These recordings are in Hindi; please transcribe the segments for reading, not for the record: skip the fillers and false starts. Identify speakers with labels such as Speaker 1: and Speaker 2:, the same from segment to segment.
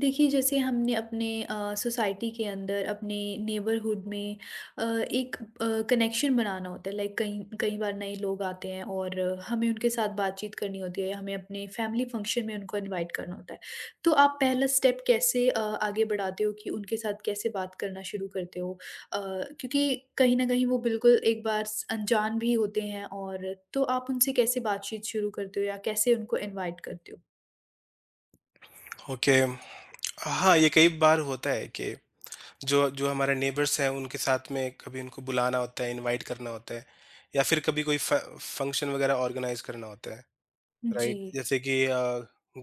Speaker 1: देखिए, जैसे हमने अपने सोसाइटी के अंदर, अपने नेबरहुड में अ, एक कनेक्शन बनाना होता है। लाइक कई कई बार नए लोग आते हैं और हमें उनके साथ बातचीत करनी होती है, या हमें अपने फैमिली फंक्शन में उनको इनवाइट करना होता है। तो आप पहला स्टेप कैसे आगे बढ़ाते हो कि उनके साथ कैसे बात करना शुरू करते हो? अ, क्योंकि कहीं न कहीं वो बिल्कुल एक बार स अनजान भी होते हैं और तो आप उनसे कैसे बातचीत शुरू करते हो या कैसे उनको इनवाइट करते हो?
Speaker 2: ओके। हाँ, ये कई बार होता है कि जो जो हमारे नेबर्स हैं, उनके साथ में कभी उनको बुलाना होता है, इनवाइट करना होता है, या फिर कभी कोई फ फंक्शन वगैरह ऑर्गेनाइज़ करना होता है,
Speaker 1: जी।
Speaker 2: राइट? जैसे कि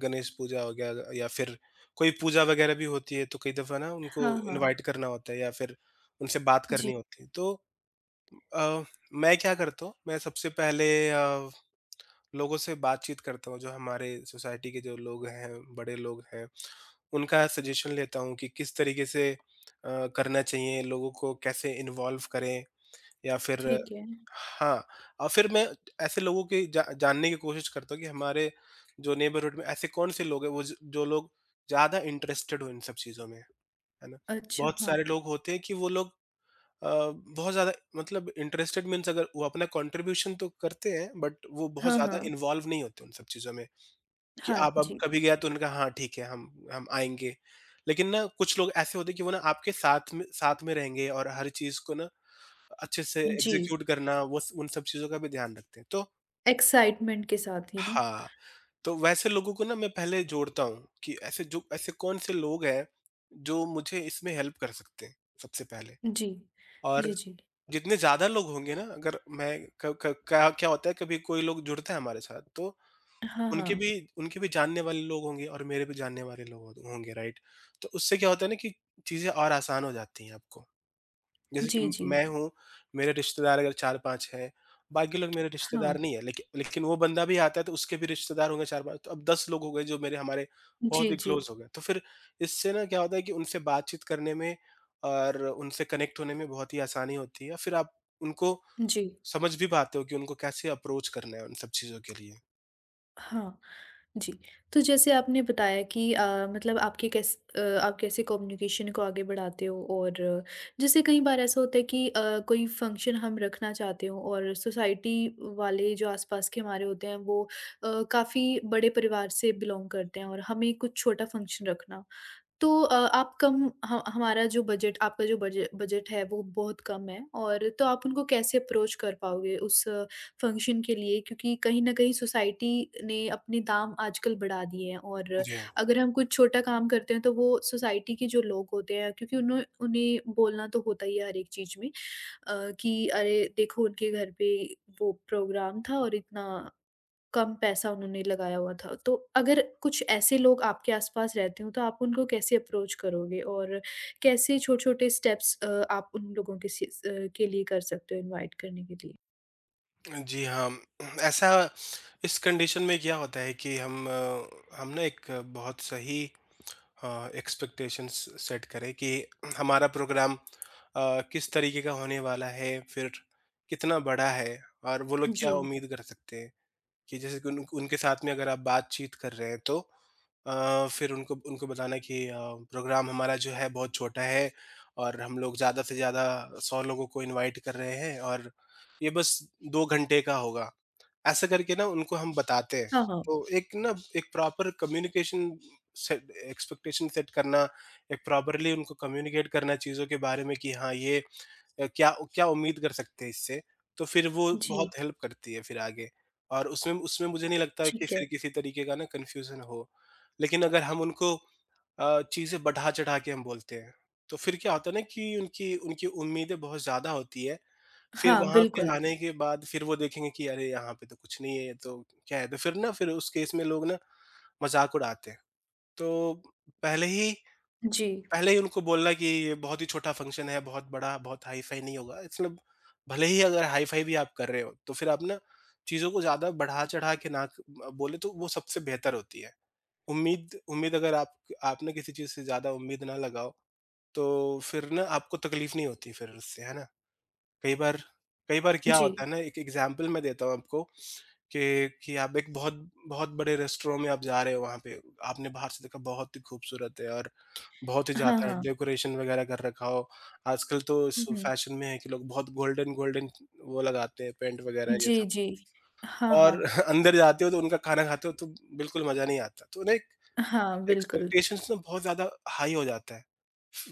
Speaker 2: गणेश पूजा हो गया, या फिर कोई पूजा वगैरह भी होती है, तो कई दफ़ा ना उनको
Speaker 1: हाँ, हाँ।
Speaker 2: इनवाइट करना होता है या फिर उनसे बात
Speaker 1: जी।
Speaker 2: करनी होती है। तो अ, मैं क्या करता हूँ, मैं सबसे पहले लोगों से बातचीत करता हूँ, जो हमारे सोसाइटी के जो लोग हैं, बड़े लोग हैं, उनका सजेशन लेता हूँ कि किस तरीके से करना चाहिए, लोगों को कैसे इन्वॉल्व करें या फिर।
Speaker 1: ठीक है।
Speaker 2: हाँ, और फिर मैं ऐसे लोगों की जा जानने की कोशिश करता हूँ कि हमारे जो नेबरहुड में ऐसे कौन-से लोग हैं, वो ज जो लोग ज़्यादा इंटरेस्टेड हो इन सब चीज़ों में, है ना?
Speaker 1: अच्छा,
Speaker 2: बहुत
Speaker 1: हाँ।
Speaker 2: सारे लोग होते हैं कि वो लोग अ, बहुत ज़्यादा मतलब इंटरेस्टेड मीन्स, अगर वो अपना कंट्रीब्यूशन तो करते हैं बट वो बहुत
Speaker 1: हाँ,
Speaker 2: ज़्यादा
Speaker 1: हाँ।
Speaker 2: इन्वॉल्व नहीं होते उन सब चीज़ों में। कि
Speaker 1: हाँ,
Speaker 2: आप अब
Speaker 1: जी।
Speaker 2: कभी गया तो उन्होंने कहा हाँ ठीक है, हम आएँगे। लेकिन ना कुछ लोग ऐसे होते हैं कि वो ना आपके साथ में रहेंगे और हर चीज़ को ना अच्छे से
Speaker 1: जी,
Speaker 2: एग्ज़ीक्यूट करना, वो स उन सब चीज़ों का भी ध्यान रखते हैं। तो
Speaker 1: एक्साइटमेंट के साथ ही ना?
Speaker 2: हाँ, तो वैसे लोगों को ना मैं पहले जोड़ता हूँ कि ऐसे, जो ऐसे कौन से लोग हैं जो मुझे इसमें हेल्प कर सकते हैं सबसे पहले।
Speaker 1: जी।
Speaker 2: और
Speaker 1: जी, जी।
Speaker 2: जितने ज़्यादा लोग होंगे ना, अगर मैं क क क्या क्या होता है, कभी कोई लोग जुड़ता है हमारे साथ तो
Speaker 1: हाँ,
Speaker 2: उनके
Speaker 1: हाँ।
Speaker 2: भी उनके भी जानने वाले लोग होंगे और मेरे भी जानने वाले लोग होंगे, राइट? तो उससे क्या होता है ना कि चीज़ें और आसान हो जाती हैं आपको। जैसे
Speaker 1: जी,
Speaker 2: कि
Speaker 1: जी।
Speaker 2: मैं हूँ, मेरे रिश्तेदार अगर 4-5 हैं, बाकी लोग मेरे रिश्तेदार
Speaker 1: हाँ।
Speaker 2: नहीं है, लेकिन वो बंदा भी आता है तो उसके भी रिश्तेदार होंगे 4-5, तो अब 10 लोग हो गए जो मेरे हमारे बहुत
Speaker 1: जी,
Speaker 2: ही
Speaker 1: जी।
Speaker 2: क्लोज़ हो गए। तो फिर इससे ना क्या होता है कि उनसे बातचीत करने में और उनसे कनेक्ट होने में बहुत ही आसानी होती है। फिर आप उनको
Speaker 1: जी।
Speaker 2: समझ भी पाते हो कि उनको कैसे अप्रोच करना है उन सब चीज़ों के लिए।
Speaker 1: हाँ। जी, तो जैसे आपने बताया कि मतलब आपके आप कैसे कम्युनिकेशन को आगे बढ़ाते हो और जैसे कई बार ऐसा होता है कि कोई फंक्शन हम रखना चाहते हो और सोसाइटी वाले जो आसपास के हमारे होते हैं वो काफ़ी बड़े परिवार से बिलोंग करते हैं और हमें कुछ छोटा फंक्शन रखना तो आप कम ह हमारा जो बजट आपका जो बजे बजट है वो बहुत कम है और तो आप उनको कैसे अप्रोच कर पाओगे उस फंक्शन के लिए? क्योंकि कहीं न कहीं सोसाइटी ने अपने दाम आजकल बढ़ा दिए हैं और
Speaker 2: जी।
Speaker 1: अगर हम कुछ छोटा काम करते हैं तो वो सोसाइटी के जो लोग होते हैं क्योंकि उन्हें उन्हें बोलना तो होता ही है हर एक चीज़ में कि अरे देखो उनके घर पे वो प्रोग्राम था और इतना कम पैसा उन्होंने लगाया हुआ था। तो अगर कुछ ऐसे लोग आपके आस-पास रहते हों, तो आप उनको कैसे अप्रोच करोगे? और कैसे छोटे-छोटे स्टेप्स आप उन लोगों के के लिए कर सकते हो इनवाइट करने के लिए?
Speaker 2: जी हाँ, ऐसा इस कंडीशन में क्या होता है कि हम हम ना एक बहुत सही एक्सपेक्टेशंस सेट करें कि हमारा प्रोग्राम किस तरीके का होने वाला है, फिर कितना बड़ा है और वो लोग
Speaker 1: जी।
Speaker 2: क्या उम्मीद कर सकते हैं। कि जैसे कि उन उनके साथ में अगर आप बातचीत कर रहे हैं तो फिर उनको उनको बताना कि प्रोग्राम हमारा जो है बहुत छोटा है और हम लोग ज़्यादा से ज़्यादा 100 लोगों को इनवाइट कर रहे हैं और ये बस 2 घंटे का होगा। ऐसा करके ना उनको हम बताते हैं।
Speaker 1: हाँ, हाँ।
Speaker 2: तो एक ना एक proper communication set, expectation set करना, एक प्रॉपर्ली उनको कम्युनिकेट करना चीज़ों के बारे में कि हाँ, ये क्या क्या उम्मीद कर सकते हैं इससे? तो फिर वो
Speaker 1: जी,
Speaker 2: बहुत हेल्प करती है फिर आगे। और उसमें उसमें मुझे नहीं लगता है कि
Speaker 1: ठीक है।
Speaker 2: फिर किसी तरीके का ना कन्फ्यूज़न हो। लेकिन अगर हम उनको चीज़ें बढ़ा-चढ़ा के हम बोलते हैं, तो फिर क्या होता है ना कि उनकी उनकी उम्मीदें बहुत ज़्यादा होती है। फिर
Speaker 1: हाँ,
Speaker 2: वहाँ पे
Speaker 1: बिल्कुल।
Speaker 2: आने के बाद फिर वो देखेंगे कि अरे! यहाँ पे तो कुछ नहीं है, ये तो क्या है? तो फिर ना, फिर उस केस में लोग ना मज़ाक उड़ाते हैं। तो पहले ही
Speaker 1: जी,
Speaker 2: पहले ही उनको बोलना कि ये बहुत ही छोटा फ़ंक्शन है, बहुत बड़ा, बहुत हाई-फ़ाई नहीं होगा। इट्स मतलब, भले ही अगर हाई-फ़ाई भी आप कर रहे हो, तो फिर आप ना चीज़ों को ज़्यादा बढ़ा-चढ़ा के ना बोले तो वो सबसे बेहतर होती है। उम्मीद उम्मीद, अगर आप आपने किसी चीज़ से ज़्यादा उम्मीद ना लगाओ, तो फिर ना आपको तकलीफ़ नहीं होती फिर उससे, है ना? कई बार कई बार क्या
Speaker 1: जी।
Speaker 2: होता है ना, एक एग्ज़ाम्पल मैं देता हूँ आपको कि आप एक बहुत बहुत बड़े रेस्टोरेंट में आप जा रहे हो वहाँ पे, आपने बाहर से देखा बहुत ही खूबसूरत है और बहुत ही
Speaker 1: हाँ,
Speaker 2: ज़्यादा
Speaker 1: हाँ।
Speaker 2: डेकोरेशन वगैरह कर रखा हो। आजकल तो इस
Speaker 1: हुँ, हुँ।
Speaker 2: फैशन में है कि लोग बहुत गोल्डन गोल्डन वो लगाते हैं, पैंट वगैरह ये
Speaker 1: जी,
Speaker 2: सब।
Speaker 1: जी। हाँ,
Speaker 2: और
Speaker 1: हाँ।
Speaker 2: अंदर जाते हो तो उनका खाना खाते हो तो बिल्कुल मज़ा नहीं आता। तो नहीं,
Speaker 1: हाँ, बिल्कुल।
Speaker 2: एक्सपेक्टेशंस ना बहुत ज़्यादा हाई हो जाता है,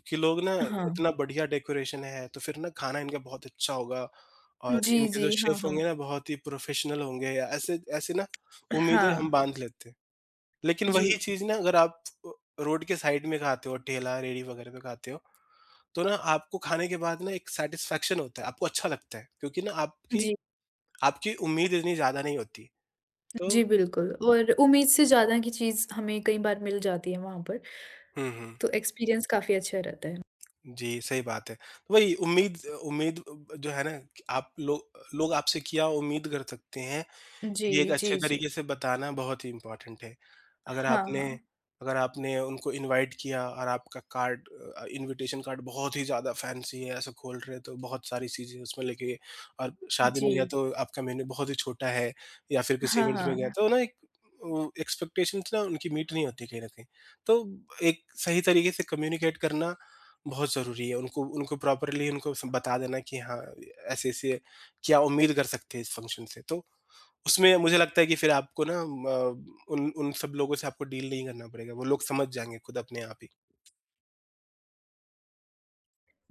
Speaker 2: कि लोग ना,
Speaker 1: हाँ।
Speaker 2: इतना बढ़िया डेकोरेशन है, तो फिर ना खाना इनका बहुत अच्छा होगा और
Speaker 1: जी,
Speaker 2: इनके जो
Speaker 1: जी। हाँ,
Speaker 2: शेफ़
Speaker 1: हाँ।
Speaker 2: होंगे ना बहुत ही प्रोफ़ेशनल होंगे, या ऐसे ऐसे ना
Speaker 1: हाँ।
Speaker 2: उम्मीदें हम बाँध लेते हैं। लेकिन
Speaker 1: जी,
Speaker 2: वही चीज़ ना अगर आप रोड के साइड में खाते हो, ठेला, रेहड़ी वगैरह पे खाते हो, तो ना आपको खाने के बाद ना एक सैटिस्फैक्शन होता है, आपको अच्छा लगता है, क्योंकि ना आपकी
Speaker 1: जी।
Speaker 2: आपकी उम्मीद इतनी ज़्यादा नहीं होती। तो
Speaker 1: जी, बिल्कुल और उम्मीद से ज़्यादा की चीज़ हमें कई बार मिल जाती है वहाँ पर,
Speaker 2: हुँ, हुँ।
Speaker 1: तो एक्सपीरियंस काफ़ी अच्छा रहता है।
Speaker 2: जी, सही बात है। तो वही उम्मीद उम्मीद जो है ना, कि आप लोग लोग आपसे क्या उम्मीद कर सकते हैं,
Speaker 1: जी,
Speaker 2: ये एक अच्छे
Speaker 1: जी, जी।
Speaker 2: तरीके से बताना बहुत ही इम्पोर्टेंट है। अगर
Speaker 1: हाँ,
Speaker 2: आपने
Speaker 1: हाँ।
Speaker 2: अगर आपने उनको इनवाइट किया और आपका कार्ड इनविटेशन कार्ड बहुत ही ज़्यादा फैंसी है, ऐसे खोल रहे हो तो बहुत सारी चीज़ें उसमें लिखी, और शादी में
Speaker 1: जी।
Speaker 2: गया तो आपका मेन्यू बहुत ही छोटा है, या फिर किसी
Speaker 1: हाँ,
Speaker 2: इवेंट में गया
Speaker 1: हाँ।
Speaker 2: तो ना एक वो एक्सपेक्टेशंस ना उनकी मीट नहीं होती कहीं न कहीं। तो एक सही तरीके से कम्युनिकेट करना बहुत ज़रूरी है। उनको उनको प्रॉपरली उनको स बता देना कि हाँ, ऐसे-ऐसे क्या उम्मीद कर सकते हैं इस फंक्शन से, तो उसमें मुझे लगता है कि फिर आपको ना अ, उन उन सब लोगों से आपको डील नहीं करना पड़ेगा, वो लोग समझ जाएँगे खुद अपने आप ही।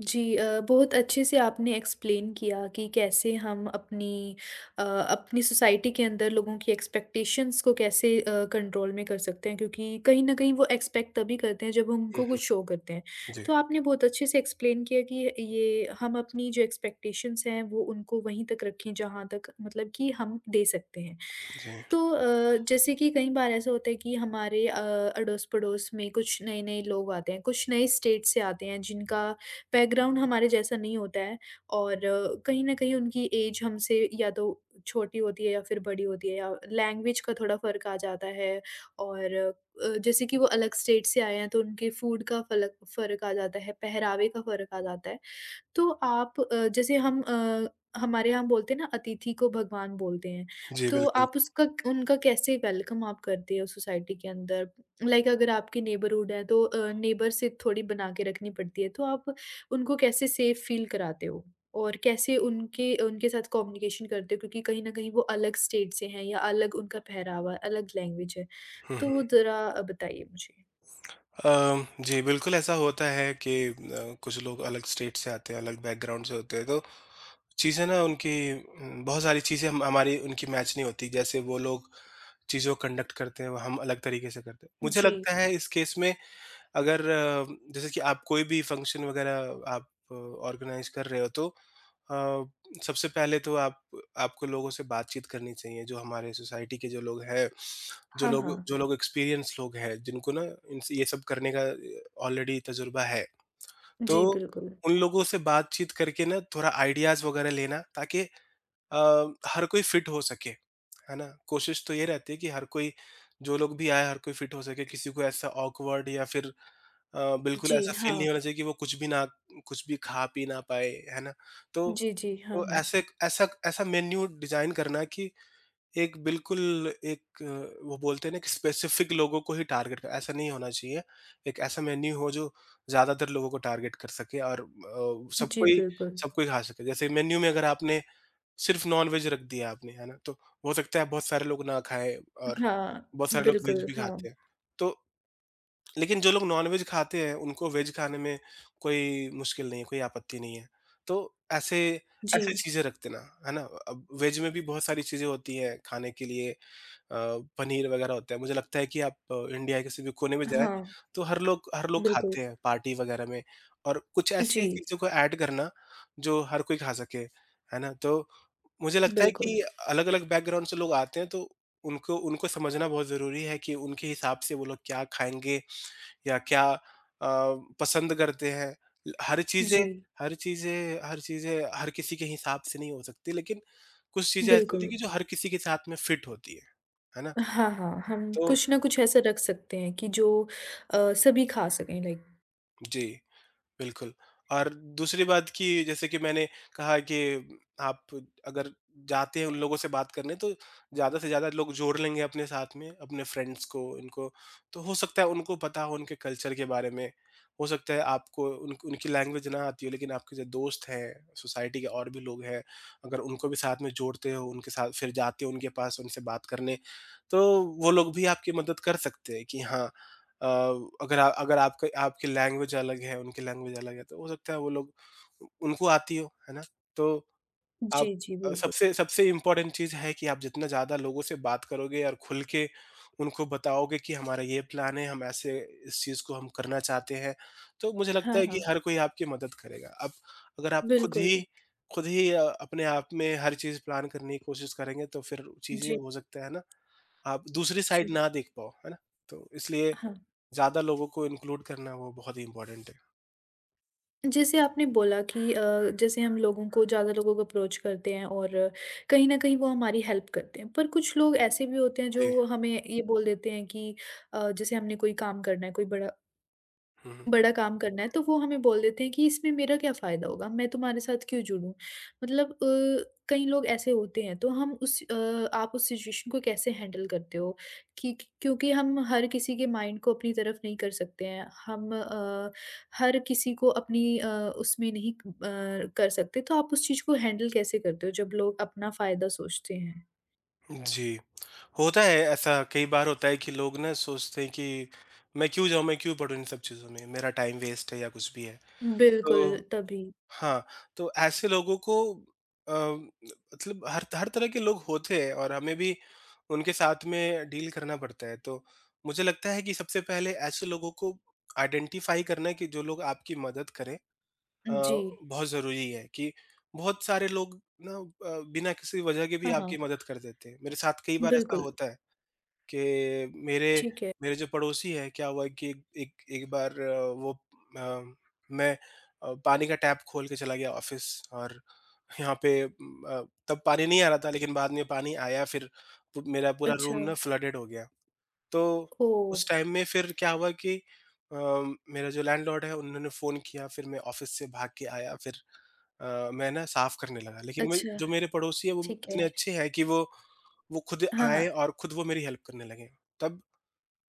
Speaker 1: जी बहुत अच्छे से आपने एक्सप्लेन किया कि कैसे हम अपनी अपनी सोसाइटी के अंदर लोगों की एक्सपेक्टेशंस को कैसे कंट्रोल में कर सकते हैं क्योंकि कहीं न कहीं वो एक्सपेक्ट तभी करते हैं जब हम
Speaker 2: हुँ,
Speaker 1: उनको
Speaker 2: हुँ।
Speaker 1: कुछ शो करते हैं।
Speaker 2: जी,
Speaker 1: तो आपने बहुत अच्छे से एक्सप्लेन किया कि ये हम अपनी जो एक्सपेक्टेशंस हैं वो उनको वहीं तक रखें जहाँ तक मतलब कि हम दे सकते हैं।
Speaker 2: जी।
Speaker 1: तो जैसे कि कई बार ऐसा होता है कि हमारे अड़ोस-पड़ोस में कुछ नए-नए लोग आते हैं, कुछ नए स्टेट से आते हैं जिनका बैकग्राउंड हमारे जैसा नहीं होता है और कहीं न कहीं उनकी ऐज हमसे या तो छोटी होती है या फिर बड़ी होती है या लैंग्वेज का थोड़ा फ़र्क आ जाता है और जैसे कि वो अलग स्टेट से आए हैं तो उनके फूड का फलक फ़र्क आ जाता है, पहरावे का फ़र्क आ जाता है। तो आप जैसे हम हमारे यहाँ बोलते हैं ना अतिथि को भगवान बोलते हैं,
Speaker 2: जी,
Speaker 1: तो
Speaker 2: बिल्कुल।
Speaker 1: आप उसका उनका कैसे वेलकम आप करते हो सोसाइटी के अंदर? लाइक अगर आपके नेबरहुड है तो नेबर से थोड़ी बना के रखनी पड़ती है, तो आप उनको कैसे सेफ फील कराते हो? और कैसे उनके उनके साथ कम्युनिकेशन करते हो? क्योंकि कहीं न कहीं वो अलग स्टेट से हैं या अलग उनका पहरावा, है, अलग लैंग्वेज है।
Speaker 2: हुँ,
Speaker 1: तो
Speaker 2: हुँ।
Speaker 1: वो ज़रा बताइए मुझे?
Speaker 2: अ, जी, बिल्कुल, ऐसा होता है कि कुछ लोग अलग स्टेट से आते हैं, अलग बैकग्राउंड से होते हैं, तो चीज़ें ना उनकी बहुत सारी चीज़ें हम हमारी उनकी मैच नहीं होती। जैसे वो लोग चीज़ों को कंडक्ट करते हैं, वो हम अलग तरीके से करते हैं। मुझे
Speaker 1: जी।
Speaker 2: लगता है इस केस में अगर जैसे कि आप कोई भी फंक्शन वगैरह आप ऑर्गेनाइज कर रहे हो, तो अ, सबसे पहले तो आप आपको लोगों से बातचीत करनी चाहिए जो हमारे सोसाइटी के जो लोग हैं,
Speaker 1: हाँ, हाँ।
Speaker 2: जो लोग एक्सपीरियंस लोग हैं, जिनको ना इन ये सब करने का ऑलरेडी तजुर्बा है, तो
Speaker 1: जी, बिल्कुल।
Speaker 2: उन लोगों से बातचीत करके ना थोड़ा आइडियाज वगैरह लेना, ताकि अ, हर कोई फिट हो सके। है ना? कोशिश तो ये रहती है कि हर कोई, जो लोग भी आए हर कोई फिट हो सके, किसी को ऐसा ऑकवर्ड या फिर बिल्कुल
Speaker 1: जी,
Speaker 2: ऐसा फ़ील नहीं
Speaker 1: हाँ।
Speaker 2: होना चाहिए कि वो कुछ भी खा पी ना पाए, है ना? तो
Speaker 1: जी, जी। हाँ, हाँ।
Speaker 2: ऐसे, ऐसा ऐसा मेन्यू डिज़ाइन करना कि एक बिल्कुल एक वो बोलते हैं ना कि स्पेसिफ़िक लोगों को ही टारगेट कर, ऐसा नहीं होना चाहिए। एक ऐसा मेन्यू हो जो ज़्यादातर लोगों को टारगेट कर सके, और
Speaker 1: जी, बिल्कुल।
Speaker 2: सबको ही खा सके। जैसे मेन्यू में अगर आपने सिर्फ़ नॉन-वेज रख दिया आपने, है ना? तो हो सकता है बहुत सारे लोग ना खाएँ, और
Speaker 1: हाँ,
Speaker 2: बहुत सारे लोग वेज
Speaker 1: बिल्कुल,
Speaker 2: भी
Speaker 1: हाँ।
Speaker 2: खाते हैं। तो लेकिन जो लोग नॉनवेज खाते हैं, उनको वेज खाने में कोई मुश्किल नहीं है, कोई आपत्ति नहीं है। तो ऐसे ऐसी
Speaker 1: जी,
Speaker 2: चीज़ें रख देना, है ना? अब वेज में भी बहुत सारी चीज़ें होती हैं खाने के लिए, अ, पनीर वगैरह होता है। मुझे लगता है कि आप इंडिया के किसी भी कोने में जाएँ,
Speaker 1: हाँ,
Speaker 2: तो हर लोग
Speaker 1: बिल्कुल।
Speaker 2: खाते हैं पार्टी वगैरह में, और कुछ ऐसी
Speaker 1: जी,
Speaker 2: चीज़ों को ऐड करना, जो हर कोई खा सके, है ना? तो मुझे लगता है
Speaker 1: बिल्कुल।
Speaker 2: कि अलग-अलग बैकग्राउंड से लोग आते हैं, तो उनको उनको समझना बहुत ज़रूरी है कि उनके हिसाब से वो लोग क्या खाएँगे या क्या पसंद करते हैं। ल
Speaker 1: जी,
Speaker 2: हर चीज़ें हर किसी के हिसाब से नहीं हो सकती, लेकिन कुछ चीज़ें ऐसी होती हैं
Speaker 1: बिल्कुल।
Speaker 2: कि जो हर किसी के साथ में फिट होती हैं। है ना?
Speaker 1: हाँ, हाँ, हम
Speaker 2: तो
Speaker 1: कुछ ना कुछ ऐसा रख सकते हैं कि जो सभी खा सकें लाइक
Speaker 2: जी। बिल्कुल, और दूसरी बात कि जैसे कि मैंने कहा कि आप अगर जाते हैं उन लोगों से बात करने तो ज़्यादा से ज़्यादा लोग जोड़ लेंगे अपने साथ में, अपने फ्रेंड्स को, इनको तो हो सकता है उनको पता हो उनके कल्चर के बारे में। हो सकता है आपको उन उनकी लैंग्वेज ना आती हो लेकिन आपके जो दोस्त हैं, सोसाइटी के और भी लोग हैं, अगर उनको भी साथ में जोड़ते हो, उनके साथ फिर जाते हो उनके पास उनसे बात करने, तो वो लोग भी आपकी मदद कर सकते हैं कि हाँ, अ, अगर आपका आपकी लैंग्वेज अलग है, उनकी लैंग्वेज अलग है, तो हो सकता है वो लोग उनको आती हो, है ना? तो आप,
Speaker 1: जी, जी, बिल्कुल।
Speaker 2: सबसे सबसे इम्पोर्टेंट चीज़ है कि आप जितना ज़्यादा लोगों से बात करोगे और खुल के उनको बताओगे कि हमारा ये प्लान है, हम ऐसे इस चीज़ को हम करना चाहते हैं, तो मुझे लगता
Speaker 1: हाँ,
Speaker 2: है कि
Speaker 1: हाँ,
Speaker 2: हर कोई आपकी मदद करेगा। अब अगर आप खुद
Speaker 1: बिल्कुल।
Speaker 2: ही खुद ही अपने आप में हर चीज़ प्लान करने की कोशिश करेंगे, तो फिर चीज़ें
Speaker 1: जी,
Speaker 2: हो सकता है ना, आप दूसरी साइड
Speaker 1: जी,
Speaker 2: ना देख पाओ, है ना? तो इसलिए
Speaker 1: हाँ।
Speaker 2: ज़्यादा लोगों को इंक्लूड करना वो बहुत ही इम्पोर्टेंट है।
Speaker 1: जैसे आपने बोला कि जैसे हम लोगों को ज़्यादा लोगों को अप्रोच करते हैं और कहीं न कहीं वो हमारी हेल्प करते हैं। पर कुछ लोग ऐसे भी होते हैं
Speaker 2: जी।
Speaker 1: जो हमें ये बोल देते हैं कि जैसे हमने कोई काम करना है, कोई बड़ा
Speaker 2: हुँ,
Speaker 1: बड़ा काम करना है, तो वो हमें बोल देते हैं कि इसमें मेरा क्या फ़ायदा होगा? मैं तुम्हारे साथ क्यों जुड़ूँ? मतलब कई लोग ऐसे होते हैं, तो आप उस सिचुएशन को कैसे हैंडल करते हो? कि क क्योंकि हम हर किसी के माइंड को अपनी तरफ नहीं कर सकते हैं। हम हर किसी को उसमें नहीं क अ, कर सकते, तो आप उस चीज़ को हैंडल कैसे करते हो जब लोग अपना फ़ायदा सोचते हैं?
Speaker 2: हुँ। जी, होता है, ऐसा कई बार होता है कि लोग ना सोचते हैं कि मैं क्यों जाऊँ, मैं क्यों पढूँ इन सब चीज़ों में, मेरा टाइम वेस्ट है या कुछ भी है।
Speaker 1: बिल्कुल,
Speaker 2: तो
Speaker 1: तभी।
Speaker 2: हाँ, तो ऐसे लोगों को मतलब हर हर तरह के लोग होते हैं और हमें भी उनके साथ में डील करना पड़ता है। तो मुझे लगता है कि सबसे पहले ऐसे लोगों को आइडेंटिफ़ाई करना है कि जो लोग आपकी मदद करें। अ,
Speaker 1: जी।
Speaker 2: बहुत ज़रूरी है कि बहुत सारे लोग बिना किसी वजह के भी
Speaker 1: हाँ,
Speaker 2: आपकी
Speaker 1: हाँ।
Speaker 2: मदद कर देते हैं। मेरे साथ कई बार ऐसा
Speaker 1: बिल्कुल,
Speaker 2: होता है कि मेरे
Speaker 1: ठीक है।
Speaker 2: मेरे जो पड़ोसी है, क्या हुआ कि एक एक बार वो अ, मैं पानी का टैप खोल के चला गया ऑफ़िस और यहाँ पे तब पानी नहीं आ रहा था लेकिन बाद में पानी आया, फिर पु मेरा पूरा रूम
Speaker 1: अच्छा।
Speaker 2: ना फ्लडेड हो गया। तो
Speaker 1: ओह!
Speaker 2: उस टाइम में फिर क्या हुआ कि अ, मेरा जो लैंडलॉर्ड है उन्होंने फ़ोन किया, फिर मैं ऑफ़िस से भाग के आया, फिर मैं ना साफ़ करने लगा। लेकिन मैं
Speaker 1: अच्छा।
Speaker 2: जो मेरे पड़ोसी हैं वो
Speaker 1: ठीक
Speaker 2: इतने
Speaker 1: है।
Speaker 2: अच्छे हैं कि वो खुद
Speaker 1: हाँ,
Speaker 2: आए
Speaker 1: हाँ।
Speaker 2: और खुद वो मेरी हेल्प करने लगे। तब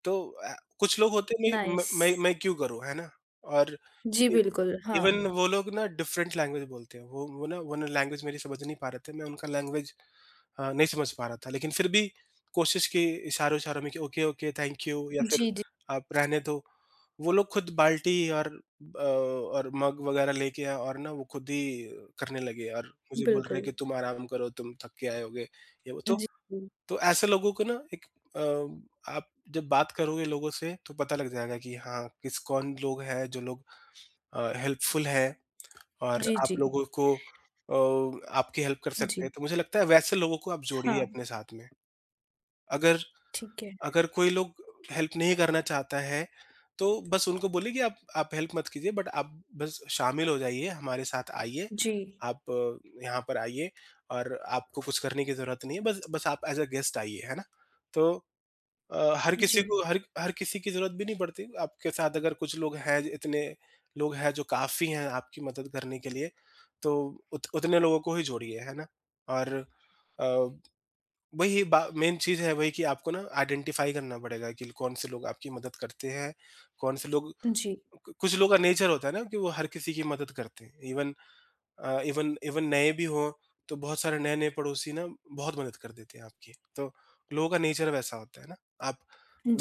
Speaker 2: तो कुछ लोग होते हैं, मैं म
Speaker 1: नाइस।
Speaker 2: मैं क्यों करूँ, है ना? और
Speaker 1: जी,
Speaker 2: इ
Speaker 1: बिल्कुल, हाँ।
Speaker 2: इवन वो लोग ना डिफरेंट लैंग्वेज बोलते हैं। वो ना लैंग्वेज मेरी समझ नहीं पा रहे थे। मैं उनका लैंग्वेज नहीं समझ पा रहा था, लेकिन फिर भी कोशिश की इशारों-इशारों में कि ओके, ओके, थैंक यू या फिर
Speaker 1: जी, जी,
Speaker 2: आप रहने दो। वो लोग खुद बाल्टी और और मग वगैरह लेके आए और ना वो खुद ही करने लगे और मुझे बोल रहे
Speaker 1: बिल्कुल।
Speaker 2: कि तुम आराम करो, तुम थक के आए होगे, ये वो।
Speaker 1: जी, जी।
Speaker 2: तो ऐसे लोगों को ना एक, अ, आप जब बात करोगे लोगों से तो पता लग जाएगा कि हाँ, किस कौन लोग हैं जो लोग हेल्पफुल हैं और
Speaker 1: जी,
Speaker 2: आप
Speaker 1: जी।
Speaker 2: लोगों को अ, आपकी हेल्प कर सकते
Speaker 1: जी।
Speaker 2: हैं। तो मुझे लगता है वैसे लोगों को आप
Speaker 1: हाँ,
Speaker 2: जोड़िए अपने साथ में। अगर
Speaker 1: ठीक है।
Speaker 2: अगर कोई लोग हेल्प नहीं करना चाहता है, तो बस उनको बोलिए कि आप हेल्प मत कीजिए, बट आप बस शामिल हो जाइए, हमारे साथ आइए,
Speaker 1: जी,
Speaker 2: आप यहाँ पर आइए और आपको कुछ करने की ज़रूरत नहीं है, बस बस आप एज़ अ गेस्ट आइए, है ना? तो हर
Speaker 1: जी,
Speaker 2: किसी को हर हर किसी की ज़रूरत भी नहीं पड़ती, आपके साथ अगर कुछ लोग हैं, इतने लोग हैं जो काफ़ी हैं आपकी मदद करने के लिए, तो उत उतने लोगों को ही जोड़िए, है ना? और अ वही बा मेन चीज़ है वही, कि आपको ना आइडेंटिफ़ाई करना पड़ेगा कि कौन से लोग आपकी मदद करते हैं, कौन से लोग,
Speaker 1: जी,
Speaker 2: कु कुछ लोगों का नेचर होता है ना कि वो हर किसी की मदद करते हैं। इवन अ, इवन इवन नए भी हों, तो बहुत सारे नए-नए पड़ोसी ना बहुत मदद कर देते हैं आपकी। तो लोगों का नेचर वैसा होता है ना, आप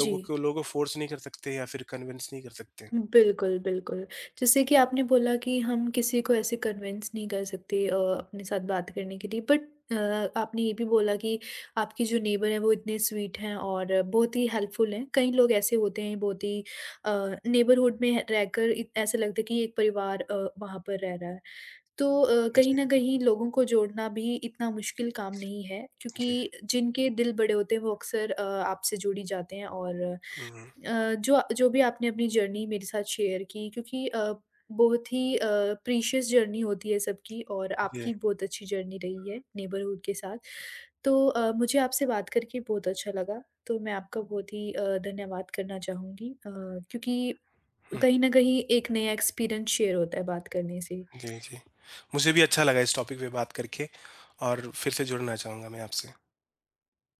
Speaker 1: जी।
Speaker 2: को लोगों को फ़ोर्स नहीं कर सकते या फिर कन्विंस नहीं कर सकते।
Speaker 1: बिल्कुल, बिल्कुल। जैसे कि आपने बोला कि हम किसी को ऐसे कन्विंस नहीं कर सकते अपने साथ बात करने के लिए बट आपने ये भी बोला कि आपकी जो नेबर हैं वो इतने स्वीट हैं और बहुत ही हेल्पफुल हैं। कई लोग ऐसे होते हैं बहुत ही अ, नेबरहुड में रहकर इत ऐसा लगता है कि एक परिवार वहाँ पर रह रहा है। तो कहीं
Speaker 2: जी,
Speaker 1: न कहीं लोगों को जोड़ना भी इतना मुश्किल काम नहीं है
Speaker 2: जी।
Speaker 1: क्योंकि जिनके दिल बड़े होते हैं वो अक्सर आपसे जुड़ ही जाते हैं और
Speaker 2: हुँ,
Speaker 1: जो जो भी आपने अपनी जर्नी मेरे साथ शेयर की क्योंकि बहुत ही प्रीशियस जर्नी होती है सबकी और
Speaker 2: जी।
Speaker 1: आपकी बहुत अच्छी जर्नी रही है नेबरहुड के साथ। तो मुझे आपसे बात करके बहुत अच्छा लगा, तो मैं आपका बहुत ही धन्यवाद करना चाहूँगी क्योंकि
Speaker 2: हुँ,
Speaker 1: कहीं न कहीं एक नया एक्सपीरियंस शेयर होता है बात करने से।
Speaker 2: जी, जी। मुझे भी अच्छा लगा इस टॉपिक पे बात करके और फिर से जुड़ना चाहूँगा मैं आपसे।